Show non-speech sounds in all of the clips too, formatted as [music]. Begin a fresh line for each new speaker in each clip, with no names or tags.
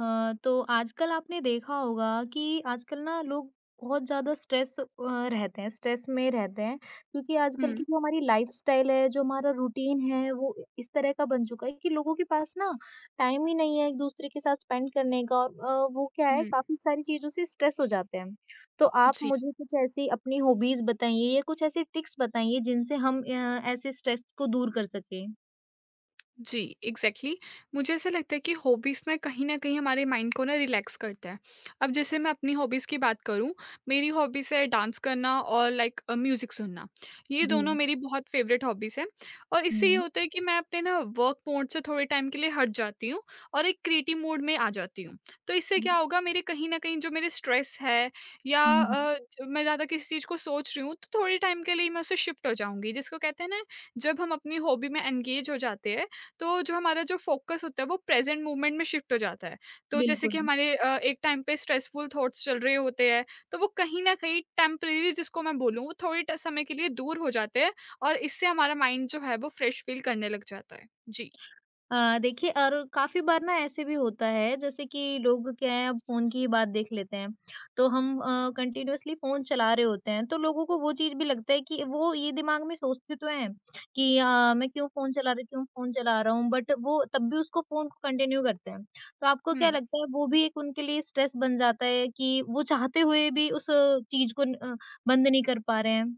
तो आजकल आपने देखा होगा कि आजकल ना लोग बहुत ज़्यादा स्ट्रेस में रहते हैं क्योंकि आजकल की
हुँ,
जो हमारी लाइफस्टाइल है, जो हमारा रूटीन है, वो इस तरह का बन चुका है कि लोगों के पास ना टाइम ही नहीं है एक-दूसरे के साथ स्पेंड करने का और वो क्या है
हुँ,
काफ़ी सारी चीज़ों से स्ट्रेस हो जाते हैं। तो आप
जी।
मुझे कुछ ऐसी अपनी हॉबीज़ बताइए या कुछ ऐसी ट्रिक्स बताइए जिनसे हम ऐसे स्ट्रेस को दूर कर सकें?
जी, एग्ज़ैक्टली। मुझे ऐसा लगता है कि हॉबीज़ ना कहीं न कहीं हमारे माइंड को ना रिलैक्स करता है। अब जैसे मैं अपनी हॉबीज़ की बात करूँ, मेरी हॉबीज़ है डांस करना और लाइक म्यूज़िक सुनना। ये
जी।
दोनों मेरी बहुत फ़ेवरेट हॉबीज़ हैं, और इससे ये
हुँ।
होता है कि मैं अपने ना वर्क मोड से थोड़े टाइम के लिए हट जाती हूँ और एक क्रिएटिव मोड में आ जाती हूँ। तो इससे
जी।
क्या होगा, मेरे कहीं न कहीं जो मेरे स्ट्रेस है, या
हुँ, हुँ।
अ, ज मैं ज़्यादा किसी चीज़ को सोच रही हूँ, तो थोड़े टाइम के लिए मैं उससे शिफ्ट हो जाऊँगी। जिसको कहते हैं ना, जब हम अपनी हॉबी में एंगेज हो जाते हैं तो जो हमारा जो फ़ोकस होता है वो प्रेज़ेंट मूवमेंट में शिफ्ट हो जाता है। तो जैसे कि
बिल्कुल।
हमारे एक टाइम पे स्ट्रेसफुल थॉट्स चल रहे होते हैं, तो वो कहीं न कहीं टेम्परेरी, जिसको मैं बोलूँ, वो थोड़े ट समय के लिए दूर हो जाते हैं, और इससे हमारा माइंड जो है वो फ्रेश फ़ील करने लग जाता है। जी।
देखिए और काफ़ी बार ना ऐसे भी होता है जैसे कि लोग क्या है अब फ़ोन की ही बात देख लेते हैं। तो हम कंटिन्यूअसली फ़ोन चला रहे होते हैं तो लोगों को वो चीज़ भी लगता है कि वो ये दिमाग में सोचते तो हैं कि अ, मैं क्यों फ़ोन चला रही क्यों फ़ोन चला रहा हूँ बट वो तब भी उसको फ़ोन को कंटिन्यू करते हैं। तो आपको
हुँ।
क्या लगता है वो भी एक उनके लिए स्ट्रेस बन जाता है कि वो चाहते हुए भी उस चीज़ को अ, बंद नहीं कर पा रहे हैं?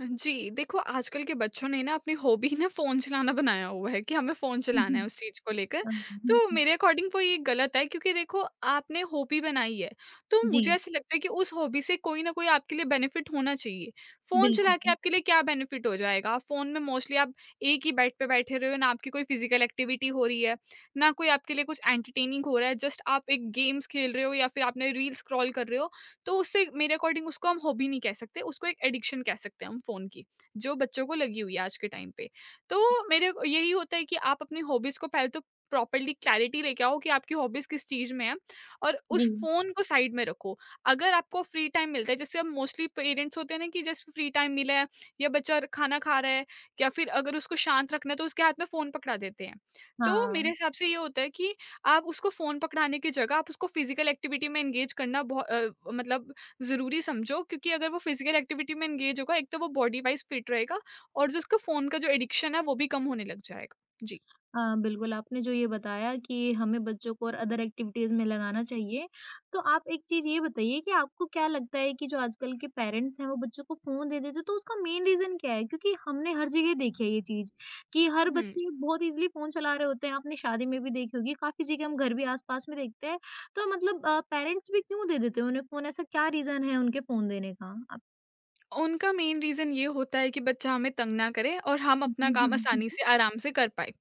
जी, देखो, आजकल के बच्चों ने ना अपनी हॉबी ना फ़ोन चलाना बनाया हुआ है, कि हमें फ़ोन चलाना है उस चीज़ को लेकर। तो
[laughs]
मेरे अकॉर्डिंग वो ये गलत है, क्योंकि देखो, आपने हॉबी बनाई है, तो मुझे
जी,
ऐसा लगता है कि उस हॉबी से कोई ना कोई आपके लिए बेनिफिट होना चाहिए। फ़ोन चला
बिल्कुल।
के आपके लिए क्या बेनिफिट हो जाएगा? फ़ोन में मोस्टली आप एक ही बेड पे बैठे रहे हो, ना आपकी कोई फ़िज़िकल एक्टिविटी हो रही है, ना कोई आपके लिए कुछ एंटरटेनिंग हो रहा है, जस्ट आप एक गेम्स खेल रहे हो या फिर आपने रील स्क्रॉल कर रहे हो। तो उससे मेरे अकॉर्डिंग उसको हम हॉबी नहीं कह सकते, उसको एक एडिक्शन कह सकते हैं हम फ़ोन की, जो बच्चों को लगी हुई है आज के टाइम पे। तो मेरे को यही होता है कि आप अपनी हॉबीज़ को पहले तो प्रॉपर्ली क्लैरिटी लेके आओ कि आपकी हॉबीज़ किस चीज़ में है, और
जी,
उस फ़ोन को साइड में रखो। अगर आपको फ्री टाइम मिलता है, जैसे अब मोस्टली पेरेंट्स होते हैं ना, कि जस्ट फ्री टाइम मिला है या बच्चा र खाना खा रहा है या फिर अगर उसको शांत रखना है, तो उसके हाथ में फ़ोन पकड़ा देते हैं। तो मेरे
हाँ।
हिसाब से ये होता है कि आप उसको फ़ोन पकड़ाने की जगह आप उसको फ़िज़िकल एक्टिविटी में एंगेज करना मतलब ज़रूरी समझो, क्योंकि अगर वो फ़िज़िकल एक्टिविटी में एंगेज होगा, एक तो वो बॉडी वाइज़ फिट रहेगा, और जो उसका फ़ोन का जो एडिक्शन है, वो भी कम होने लग जाएगा। जी।
हाँ, बिल्कुल, आपने जो ये बताया कि हमें बच्चों को और अदर एक्टिविटीज़ में लगाना चाहिए। तो आप एक चीज़ ये बताइए कि आपको क्या लगता है कि जो आजकल के पेरेंट्स हैं, वो बच्चों को फ़ोन दे देते हैं, तो उसका मेन रीज़न क्या है? क्योंकि हमने हर जगह देखी है ये चीज़ कि हर
हुँ,
बच्चे बहुत ईज़िली फ़ोन चला रहे होते हैं। आपने शादी में भी देखी होगी, काफ़ी जगह हम घर भी आस-पास में देखते हैं। तो मतलब पेरेंट्स भी क्यों दे देते हैं उन्हें फ़ोन? ऐसा क्या रीज़न है उनके फ़ोन देने का? आप
उनका मेन रीज़न ये होता है कि बच्चा हमें तंग ना करे और हम अपना काम आसानी
[laughs]
से, आराम से कर पाएँ।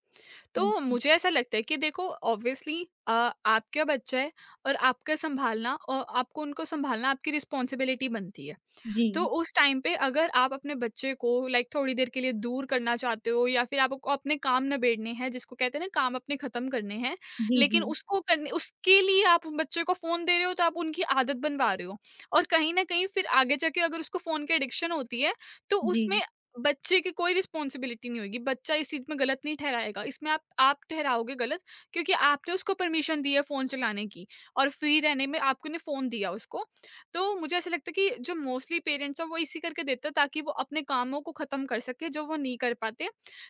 तो
अच्छा।
मुझे ऐसा लगता है कि देखो, ऑब्वियसली अ, आपका बच्चा है, और आपको उनको सँभालना आपकी रिस्पॉन्सिबिलिटी बनती है।
जी।
तो उस टाइम पे अगर आप अपने बच्चे को लाइक थोड़ी देर के लिए दूर करना चाहते हो, या फिर आपको अपने काम ना बैठने हैं, जिसको कहते हैं ना काम अपने खत्म करने हैं,
जी, जी,
लेकिन
जी।
उसको करने, उसके लिए आप बच्चे को फोन दे रहे हो, तो आप उनकी आदत बनवा रहे हो, और कहीं ना कहीं फिर आगे जाके अगर उसको फोन की एडिक्शन होती है, तो
जी।
उसमें बच्चे की कोई रिस्पॉन्सिबिलिटी नहीं होगी, बच्चा इस चीज में गलत नहीं ठहराएगा, इसमें आप ठहराओगे गलत, क्योंकि आपने उसको परमिशन दी है फोन चलाने की, और फ्री रहने में आपने फोन दिया उसको। तो मुझे ऐसा लगता है कि जो मोस्टली पेरेंट्स हैं वो इसी करके देते हैं, ताकि वो अपने कामों को ख़त्म कर सकें जो वो नहीं कर पाते।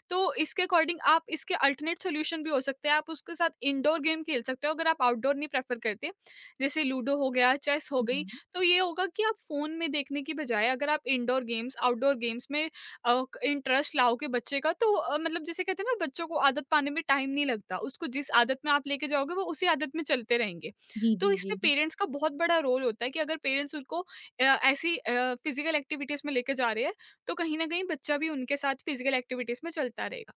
तो इसके अकॉर्डिंग आप इसके अल्टरनेट सॉल्यूशन भी हो सकते हैं, आप उसके साथ इंडोर गेम खेल सकते हो अगर आप आउटडोर नहीं प्रेफ़र करते। जैसे लूडो हो गया, चेस हो गई,
हुँ।
तो ये होगा कि आप फ़ोन में देखने की बजाय अगर आप इंडोर गेम्स, आउटडोर गेम्स में इंटरेस्ट लाओगे बच्चे का, तो मतलब जैसे कहते हैं ना, बच्चों को आदत पाने में टाइम नहीं लगता, उसको जिस आदत में आप लेके जाओगे वो उसी आदत में चलते रहेंगे।
जी,
तो
जी, जी।
इसमें पेरेंट्स का बहुत बड़ा रोल होता है, कि अगर पेरेंट्स उनको ऐसी फिजिकल एक्टिविटीज में लेके जा रहे हैं, तो कहीं ना कहीं बच्चा भी उनके साथ फिजिकल एक्टिविटीज में चलता रहेगा।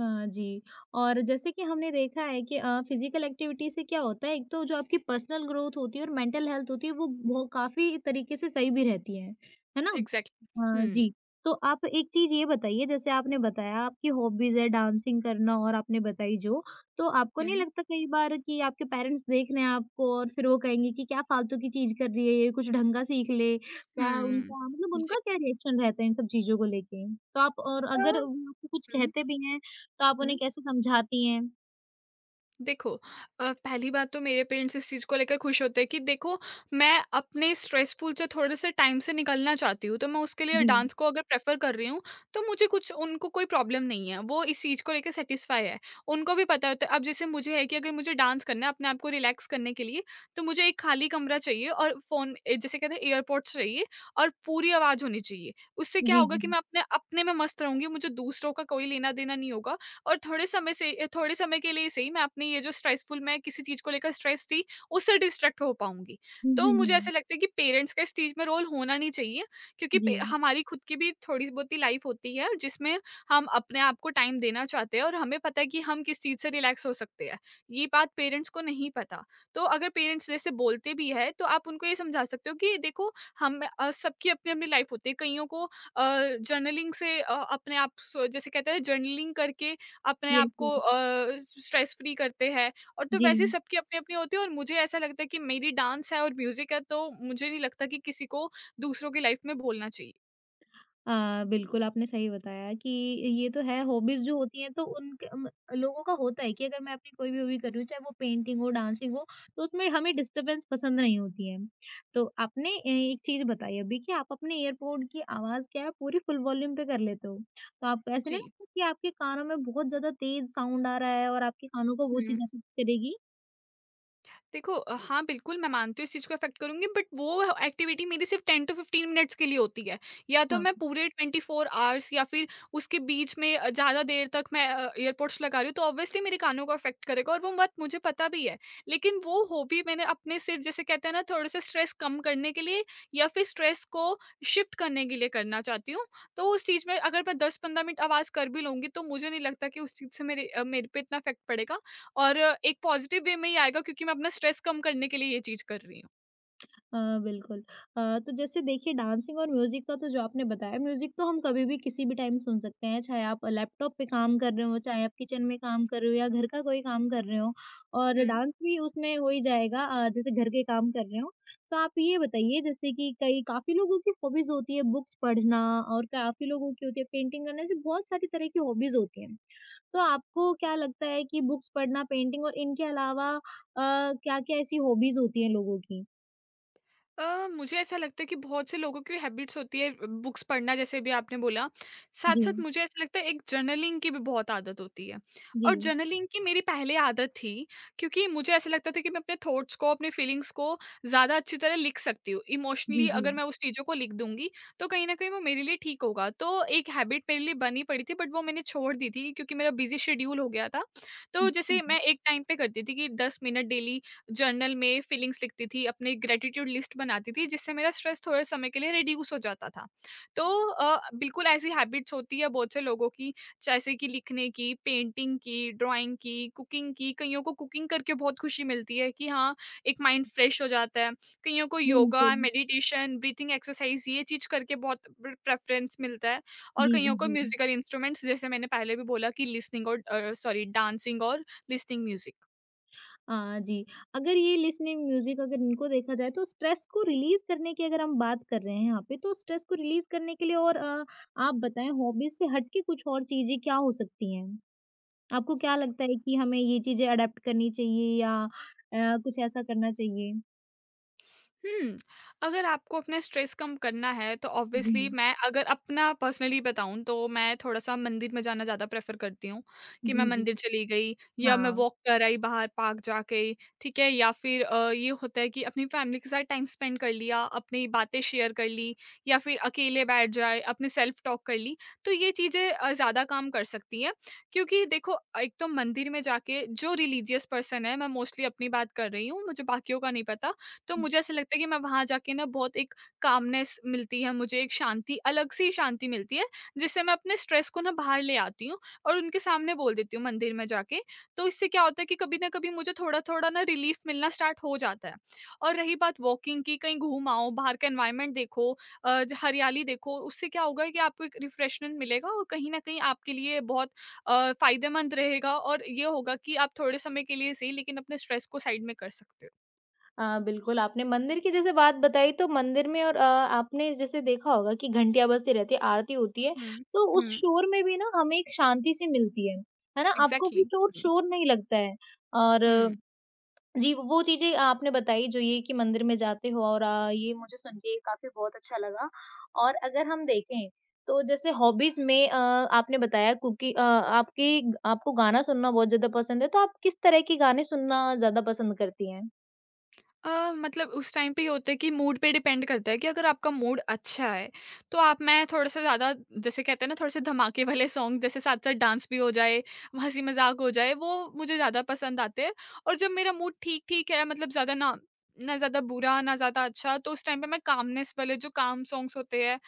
हाँ जी, और जैसे कि हमने देखा है कि फिज़िकल एक्टिविटी से क्या होता है, एक तो जो आपकी पर्सनल ग्रोथ होती है और मेंटल हेल्थ होती है, वो काफ़ी तरीके से सही भी रहती है ना?
एग्जैक्टली। हम्म,
जी, तो आप एक चीज़ ये बताइए, जैसे आपने बताया आपकी हॉबीज़ है डांसिंग करना और आपने बताई जो, तो आपको नहीं
हम्म,
लगता कई बार कि आपके पेरेंट्स देख रहे हैं आपको और फिर वो कहेंगे कि क्या फालतू की चीज़ कर रही है ये, कुछ ढंग का सीख ले, क्या
हम्म।
उनका मतलब
जी।
उनका क्या रिएक्शन रहता है इन सब चीज़ों को लेके? तो आप और
अ,
अगर वो
हम्म,
आपको कुछ कहते भी हैं तो आप उन्हें
हम्म।
कैसे समझाती हैं?
देखो, पहली बात तो, मेरे पेरेंट्स इस चीज़ को लेकर खुश होते हैं, कि देखो मैं अपने स्ट्रेसफुल से थोड़े से टाइम से निकलना चाहती हूँ, तो मैं उसके लिए
जी।
डांस को अगर प्रेफर कर रही हूँ, तो मुझे कुछ, उनको कोई प्रॉब्लम नहीं है, वो इस चीज़ को लेकर सेटिस्फाई है। उनको भी पता होता है, अब जैसे मुझे है, कि अगर मुझे डांस करना है अपने आप को रिलैक्स करने के लिए, तो मुझे एक खाली कमरा चाहिए और फ़ोन, जैसे कहते हैं एयरपोर्ट्स, चाहिए, और पूरी आवाज़ होनी चाहिए। उससे क्या
जी,
होगा
जी।
कि मैं अपने अपने में मस्त रहूंगी, मुझे दूसरों का कोई लेना देना नहीं होगा, और थोड़े समय के लिए सही, मैं अपनी ये जो स्ट्रेसफुल, मैं किसी चीज़ को लेकर स्ट्रेस थी, उससे डिस्ट्रैक्ट हो पाऊँगी।
हुँ,
तो
हुँ,
मुझे ऐसा
हुँ।
लगता है कि पेरेंट्स का इस चीज़ में रोल होना नहीं चाहिए, क्योंकि पे
जी,
हमारी खुद की भी थोड़ी बहुत ही लाइफ़ होती है, जिसमें हम अपने आप को टाइम देना चाहते हैं, और हमें पता है कि हम किस चीज़ से रिलैक्स हो सकते हैं। ये बात पेरेंट्स को नहीं पता। तो अगर पेरेंट्स जैसे बोलते भी हैं, तो आप उनको ये समझा सकते हो कि देखो, सबकी अपनी-अपनी लाइफ़ होती है। कइयों को जर्नलिंग से, अ, अपने आप स जैसे कहते हैं जर्नलिंग करके अपने आप
यस,
को
यस।
स्ट्रेस फ्री करते हैं, और तो
जी।
वैसे सबकी अपनी-अपनी होती है, और मुझे ऐसा लगता है कि मेरी डांस है और म्यूज़िक है, तो मुझे नहीं लगता कि किसी को दूसरों की लाइफ़ में बोलना चाहिए।
अ, बिल्कुल आपने सही बताया कि ये तो है हॉबीज़ जो होती हैं तो उनके म लोगों का होता है कि अगर मैं अपनी कोई भी हॉबी कर रही हूँ, चाहे वो पेंटिंग हो, डांसिंग हो, तो उसमें हमें डिस्टर्बेंस पसंद नहीं होती है। तो आपने एक चीज़ बताई अभी कि आप अपने ईयरपोड की आवाज़ क्या है पूरी फुल वॉल्यूम पे कर लेते हो। तो आपको ऐसे
जी।
नहीं लगता कि आपके कानों में बहुत ज़्यादा तेज़ साउंड आ रहा है और आपके कानों को वो चीज़ अफ़ेक्ट करेगी?
देखो, हाँ, बिल्कुल मैं मानती हूँ इस चीज़ को अफ़ेक्ट करूँगी, बट वो एक्टिविटी मेरी सिर्फ़ 10 टू 15 मिनट्स के लिए होती है। या तो
क्या?
मैं पूरे 24 आवर्स, या फिर उसके बीच में ज़्यादा देर तक मैं एयरपोड्स लगा रही हूँ, तो ऑब्वियसली मेरे कानों को अफ़ेक्ट करेगा, और वो बात मुझे पता भी है। लेकिन वो हॉबी मैंने अपने सिर्फ़, जैसे कहते हैं ना, थोड़े-से स्ट्रेस कम करने के लिए, या फिर स्ट्रेस को शिफ्ट करने के लिए करना चाहती हूँ। तो उस चीज़ में अगर मैं 10-15 मिनट आवाज़ कर भी लूँगी, तो मुझे नहीं लगता कि उस चीज़ से मेरे पे इतना इफ़ेक्ट पड़ेगा, और एक पॉजिटिव वे में ही आएगा, क्योंकि मैं अपना स्ट्रेस कम करने के लिए ये चीज़ कर रही हूँ।
अ, बिल्कुल। अ, तो जैसे देखिए डांसिंग और म्यूज़िक का तो जो आपने बताया म्यूज़िक तो हम कभी भी किसी भी टाइम सुन सकते हैं, चाहे आप लैपटॉप पे काम कर रहे हो, चाहे आप किचन में काम कर रहे हो या घर का कोई काम कर रहे हो और
हुँ।
डांस भी उसमें हो ही जाएगा जैसे घर के काम कर रहे हो। तो आप ये बताइए जैसे कि कई काफ़ी लोगों की हॉबीज़ होती है बुक्स पढ़ना और काफ़ी लोगों की होती है पेंटिंग करना, ऐसे बहुत सारी तरह की हॉबीज़ होती हैं। तो आपको क्या लगता है कि बुक्स पढ़ना, पेंटिंग और इनके अलावा क्या-क्या ऐसी हॉबीज़ होती हैं लोगों की?
मुझे ऐसा लगता है कि बहुत से लोगों की हैबिट्स होती है बुक्स पढ़ना, जैसे भी आपने बोला। साथ-साथ
जी।
मुझे ऐसा लगता है एक जर्नलिंग की भी बहुत आदत होती है,
जी,
और जर्नलिंग की मेरी पहले आदत थी, क्योंकि मुझे ऐसा लगता था कि मैं अपने थॉट्स को, अपने फीलिंग्स को ज़्यादा अच्छी तरह लिख सकती हूँ।
जी,
इमोशनली
जी।
अगर मैं उस चीज़ों को लिख दूँगी, तो कहीं न कहीं वो मेरे लिए ठीक होगा। तो एक हैबिट मेरे लिए बनी पड़ी थी, बट वो मैंने छोड़ दी थी क्योंकि मेरा बिज़ी शेड्यूल हो गया था। तो
अच्छा,
जैसे मैं एक टाइम पे करती थी कि 10 मिनट डेली जर्नल में फीलिंग्स लिखती थी, अपनी ग्रैटिट्यूड लिस्ट बनाती थी, जिससे मेरा स्ट्रेस थोड़े समय के लिए रिड्यूस हो जाता था। तो बिल्कुल ऐसी हैबिट्स होती है बहुत से लोगों की, जैसे कि लिखने की, पेंटिंग की, ड्राइंग की, कुकिंग की, कईयों को कुकिंग करके बहुत खुशी मिलती है, कि हाँ, एक माइंड फ्रेश हो जाता है। कईयों को योगा,
बिल्कुल।
मेडिटेशन, ब्रीथिंग एक्सरसाइज ये चीज़ करके बहुत प्रेफ़रेंस मिलता है, और
जी, जी,
कईयों को
जी।
म्यूज़िकल इंस्ट्रूमेंट्स, जैसे मैंने पहले भी बोला कि लिसनिंग, और सॉरी, डांसिंग और लिसनिंग म्यूज़िक।
जी, अगर ये लिसनिंग म्यूज़िक अगर इनको देखा जाए तो स्ट्रेस को रिलीज़ करने की अगर हम बात कर रहे हैं यहाँ पे, तो स्ट्रेस को रिलीज़ करने के लिए और आप बताएँ हॉबीज़ से हट के कुछ और चीज़ें क्या हो सकती हैं? आपको क्या लगता है कि हमें ये चीज़ें अडॉप्ट करनी चाहिए या कुछ ऐसा करना चाहिए?
हुँ, अगर आपको अपना स्ट्रेस कम करना है, तो
जी,
ऑब्वियसली, मैं अगर अपना पर्सनली बताऊँ, तो मैं थोड़ा-सा मंदिर में जाना ज़्यादा प्रेफ़र करती हूँ, कि मैं
जी, जी।
मंदिर चली गई या मैं
हाँ।
वॉक कर आई बाहर पार्क जाके, ठीक है? या फिर ये होता है कि अपनी फैमिली के साथ टाइम स्पेंड कर लिया, अपनी बातें शेयर कर ली या फिर अकेले बैठ जाए, अपने सेल्फ टॉक कर ली। तो ये चीज़ें ज़्यादा काम कर सकती हैं, क्योंकि देखो, एक तो मंदिर में जाके जो रिलीजियस पर्सन है, मैं मोस्टली अपनी बात कर रही हूँ, मुझे बाकियों का नहीं पता। तो मुझे ऐसा लगता है कि मैं वहाँ जाके ना बहुत एक कामनेस मिलती है मुझे, एक शांति, अलग सी शांति मिलती है, जिससे मैं अपने स्ट्रेस को ना बाहर ले आती हूँ और उनके सामने बोल देती हूँ मंदिर में जाके। तो इससे क्या होता है कि कभी न कभी मुझे थोड़ा-थोड़ा ना रिलीफ़ मिलना स्टार्ट हो जाता है। और रही बात वॉकिंग की, कहीं घूम आओ, बाहर का एनवायरनमेंट देखो, अ, ज हरियाली देखो, उससे क्या होगा कि आपको एक रिफ़्रेशमेंट मिलेगा और कहीं न कहीं आपके लिए बहुत फ़ायदेमंद रहेगा और ये होगा कि आप थोड़े समय के लिए सही, लेकिन अपने स्ट्रेस को साइड में कर सकते हो।
हाँ, बिल्कुल, आपने मंदिर की जैसे बात बताई तो मंदिर में और आपने जैसे देखा होगा कि घंटियाँ बजती रहती है, आरती होती है,
हुँ,
तो उस
हुँ।
शोर में भी ना हमें एक शांति सी मिलती है ना? आपको
Exactly.
कुछ और
Mm.
शोर नहीं लगता है और
Mm।
जी, वो चीज़ें आपने बताई जो ये कि मंदिर में जाते हो और ये मुझे सुन के काफ़ी बहुत अच्छा लगा और अगर हम देखें तो जैसे हॉबीज़ में आपने बताया क्योंकि अ, आपकी आपको गाना सुनना बहुत ज़्यादा पसंद है, तो आप किस तरह के गाने सुनना ज़्यादा पसंद करती हैं?
मतलब उस टाइम पे ये होता है कि मूड पे डिपेंड करता है कि अगर आपका मूड अच्छा है, तो आप मैं थोड़ा-सा ज़्यादा, जैसे कहते हैं ना, थोड़े-से धमाके वाले सॉन्ग, जैसे साथ-साथ डांस भी हो जाए, हँसी-मज़ाक हो जाए, वो मुझे ज़्यादा पसंद आते हैं। और जब मेरा मूड ठीक-ठीक है, मतलब ज़्यादा ना, ना ज़्यादा बुरा, ना ज़्यादा अच्छा, तो उस टाइम पे मैं कामनेस वाले जो काम सॉन्ग्स होते हैं,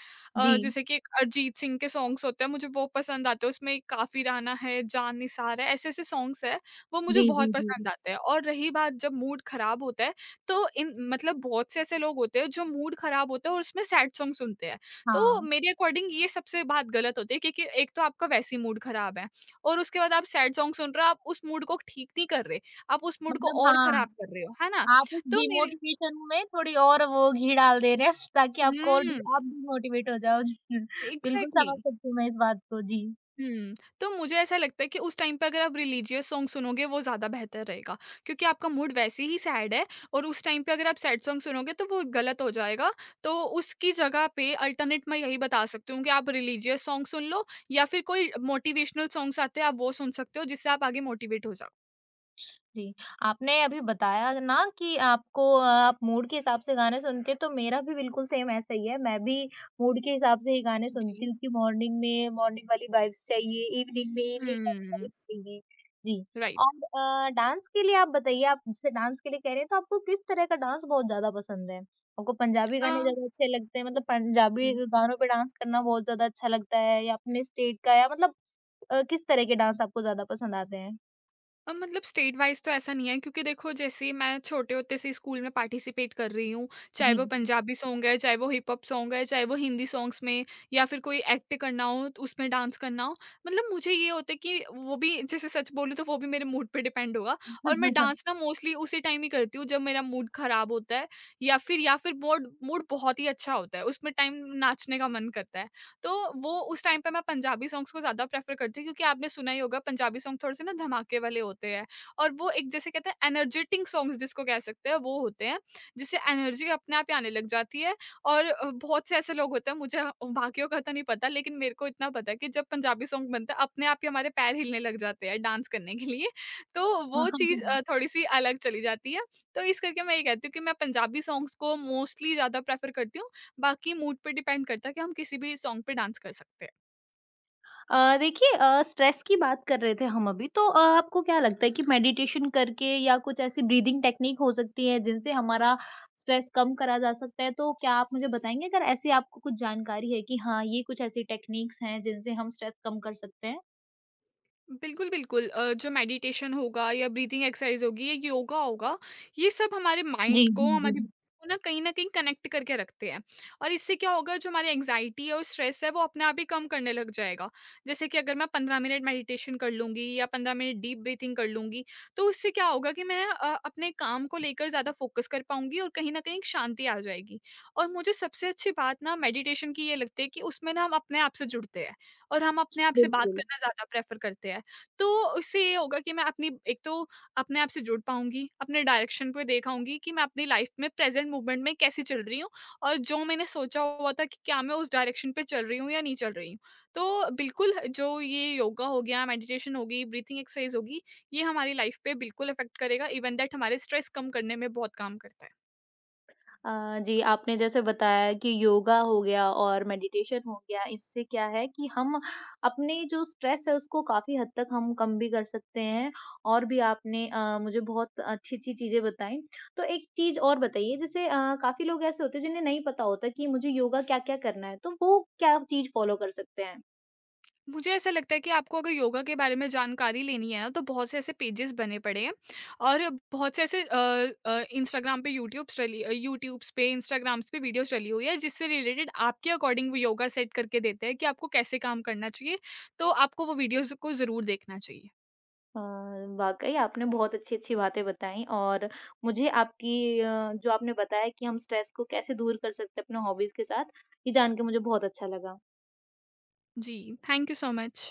जी।
जैसे कि एक अरिजीत सिंह के सॉन्ग्स होते हैं, मुझे वो पसंद आते हैं। उसमें काफ़ी राना है, जान निसार है, ऐसे-ऐसे सॉन्ग्स हैं, वो मुझे
जी,
बहुत
जी, जी।
पसंद आते हैं। और रही बात जब मूड खराब होता है, तो इन मतलब बहुत से ऐसे लोग होते हैं जो मूड खराब होता है और उसमें सैड सॉन्ग सुनते हैं। तो
हाँ,
मेरे अकॉर्डिंग ये सबसे बात गलत होती है, क्योंकि एक तो आपका वैसे ही मूड खराब है और उसके बाद आप सैड सॉन्ग सुन रहे हो, आप उस मूड को ठीक नहीं कर रहे, आप उस मूड को
मतलब
और
हाँ,
खराब कर रहे हो, है ना?
आप उस
तो मेरे
डिमोटिवेशन में थोड़ी और वो घी डाल दे रहे हैं [laughs] ताकि
[laughs]
आपको और डि आप
हुँ,
डिमोटिवेट हो जाओ। [laughs] बिल्कुल
एग्ज़ैक्टली।
समझ सकती हूँ मैं इस बात को। जी।
हुँ। तो मुझे ऐसा लगता है कि उस टाइम पे अगर आप रिलीजियस सॉन्ग सुनोगे, वो ज़्यादा बेहतर रहेगा, क्योंकि आपका मूड वैसे ही सैड है और उस टाइम पे अगर आप सैड सॉन्ग सुनोगे तो वो गलत हो जाएगा। तो उसकी जगह पे अल्टरनेट मैं यही बता सकती हूँ कि आप रिलीजियस सॉन्ग सुन लो या फिर कोई मोटिवेशनल सॉन्ग्स आते हैं, आप वो सुन सकते हो, जिससे आप आगे मोटिवेट हो जाओ।
जी, आपने अभी बताया ना कि आप मूड के हिसाब से गाने सुनते हैं, तो मेरा भी बिल्कुल सेम ऐसा ही है। मैं भी मूड के हिसाब से ही गाने सुनती
जी।
हूँ कि मॉर्निंग में मॉर्निंग वाली वाइब्स चाहिए, इवनिंग में इवनिंग वाली
हुँ,
वाइब्स चाहिए। जी,
राइट।
और डांस के लिए आप बताइए, आप जैसे डांस के लिए कह रहे हैं, तो आपको किस तरह का डांस बहुत ज़्यादा पसंद है? आपको पंजाबी
अ,
गाने ज़्यादा अच्छे लगते हैं, मतलब पंजाबी
हुँ।
गानों पे डांस करना बहुत ज़्यादा अच्छा लगता है या अपने स्टेट का या मतलब किस तरह के डांस आपको ज़्यादा पसंद आते हैं?
मतलब स्टेट वाइज़ तो ऐसा नहीं है, क्योंकि देखो, जैसे मैं छोटे होते से स्कूल में पार्टिसिपेट कर रही हूँ, चाहे
जी,
वो
जी।
पंजाबी सॉन्ग है, चाहे वो हिप हॉप सॉन्ग है, चाहे वो हिंदी सॉन्ग्स में या फिर कोई एक्ट करना हो तो उसमें डांस करना हो। मतलब मुझे ये होता है कि वो भी, जैसे सच बोलूँ, तो वो भी मेरे मूड पे डिपेंड होगा और मैं डांस
[laughs]
ना मोस्टली उसी टाइम ही करती हूँ जब मेरा मूड ख़राब होता है या फिर मूड मूड बहुत ही अच्छा होता है, उसमें टाइम नाचने का मन करता है। तो वो उस टाइम पे मैं पंजाबी सॉन्ग्स को ज़्यादा प्रेफ़र करती हूँ, क्योंकि आपने सुना ही होगा, पंजाबी सॉन्ग थोड़े-से ना धमाके वाले होते हैं और वो एक, जैसे कहते हैं, एनर्जेटिक सॉन्ग्स जिसको कह सकते हैं, वो होते हैं, जिससे एनर्जी अपने आप ही आने लग जाती है और बहुत से ऐसे लोग होते हैं, मुझे बाकियों का तो नहीं पता, लेकिन मेरे को इतना पता है कि जब पंजाबी सॉन्ग बनता है, अपने आप ही हमारे पैर हिलने लग जाते हैं डांस करने के लिए, तो
हाँ,
वो
हाँ,
चीज़
हाँ।
थोड़ी-सी अलग चली जाती है। तो इस करके मैं ये कहती हूँ कि मैं पंजाबी सॉन्ग्स को मोस्टली ज़्यादा प्रेफ़र करती हूँ। बाकी मूड पे डिपेंड करता है कि हम किसी भी सॉन्ग पे डांस कर सकते हैं।
स्ट्रेस की बात कर रहे थे हम अभी तो आपको क्या लगता है कि मेडिटेशन करके या कुछ ऐसी ब्रीदिंग टेक्निक हो सकती है जिनसे हमारा स्ट्रेस कम करा जा सकता है तो क्या आप मुझे बताएंगे अगर ऐसी आपको कुछ जानकारी है कि हाँ ये कुछ ऐसी टेक्निक्स हैं जिनसे हम स्ट्रेस कम कर सकते हैं?
बिल्कुल, बिल्कुल। जो मेडिटेशन होगा या ब्रीथिंग एक्सरसाइज़ होगी या योगा होगा, ये सब हमारे
जी,
माइंड को,
जी,
हमारी body
जी।
को ना कहीं न कहीं कनेक्ट करके रखते हैं और इससे क्या होगा, जो हमारी एंग्ज़ायटी और स्ट्रेस है, वो अपने आप ही कम करने लग जाएगा। जैसे कि अगर मैं 15 मिनट मेडिटेशन कर लूँगी या 15 मिनट डीप ब्रीथिंग कर लूँगी, तो उससे क्या होगा कि मैं अपने काम को लेकर ज़्यादा फ़ोकस कर पाऊँगी और कहीं न कहीं एक शांति आ जाएगी। और मुझे सबसे अच्छी बात ना मेडिटेशन की ये लगती है कि उसमें ना हम अपने आप से जुड़ते हैं और हम अपने आप से बात
बिल्कुल।
करना ज़्यादा प्रेफ़र करते हैं। तो इससे ये होगा कि मैं अपनी एक तो अपने आप से जुड़ पाऊँगी, अपने डायरेक्शन पे देखाऊँगी कि मैं अपनी लाइफ में प्रेज़ेंट मूवमेंट में कैसे चल रही हूँ और जो मैंने सोचा हुआ था कि क्या मैं उस डायरेक्शन पे चल रही हूँ या नहीं चल रही हूँ। तो बिल्कुल, जो ये योगा हो गया, मेडिटेशन होगी, ब्रीथिंग एक्सरसाइज़ होगी, ये हमारी लाइफ पे बिल्कुल इफ़ेक्ट करेगा, इवन दैट हमारे स्ट्रेस कम करने में बहुत काम करता है।
जी, आपने जैसे बताया कि योगा हो गया और मेडिटेशन हो गया, इससे क्या है कि हम अपने जो स्ट्रेस है उसको काफ़ी हद तक हम कम भी कर सकते हैं और भी आपने मुझे बहुत अच्छी-अच्छी चीज़ें बताई। तो एक चीज़ और बताइए जैसे काफ़ी लोग ऐसे होते हैं जिन्हें नहीं पता होता कि मुझे योगा क्या-क्या करना है, तो वो क्या चीज़ फ़ॉलो कर सकते हैं?
मुझे ऐसा लगता है कि आपको अगर योगा के बारे में जानकारी लेनी है ना, तो बहुत से ऐसे पेजेस बने पड़े हैं और बहुत से ऐसे इंस्टाग्राम पे यूट्यूब्स चली यूट्यूब्स पे, इंस्टाग्राम्स पे वीडियोस चली हुई है, जिससे रिलेटेड आपके अकॉर्डिंग वो योगा सेट करके देते हैं कि आपको कैसे काम करना चाहिए, तो आपको वो वीडियोस को ज़रूर देखना चाहिए।
अ, वाक़ई आपने बहुत अच्छी-अच्छी बातें बताई और मुझे आपकी जो आपने बताया कि हम स्ट्रेस को कैसे दूर कर सकते हैं अपने हॉबीज़ के साथ, ये जान के मुझे बहुत अच्छा लगा।
जी, थैंक यू सो मच।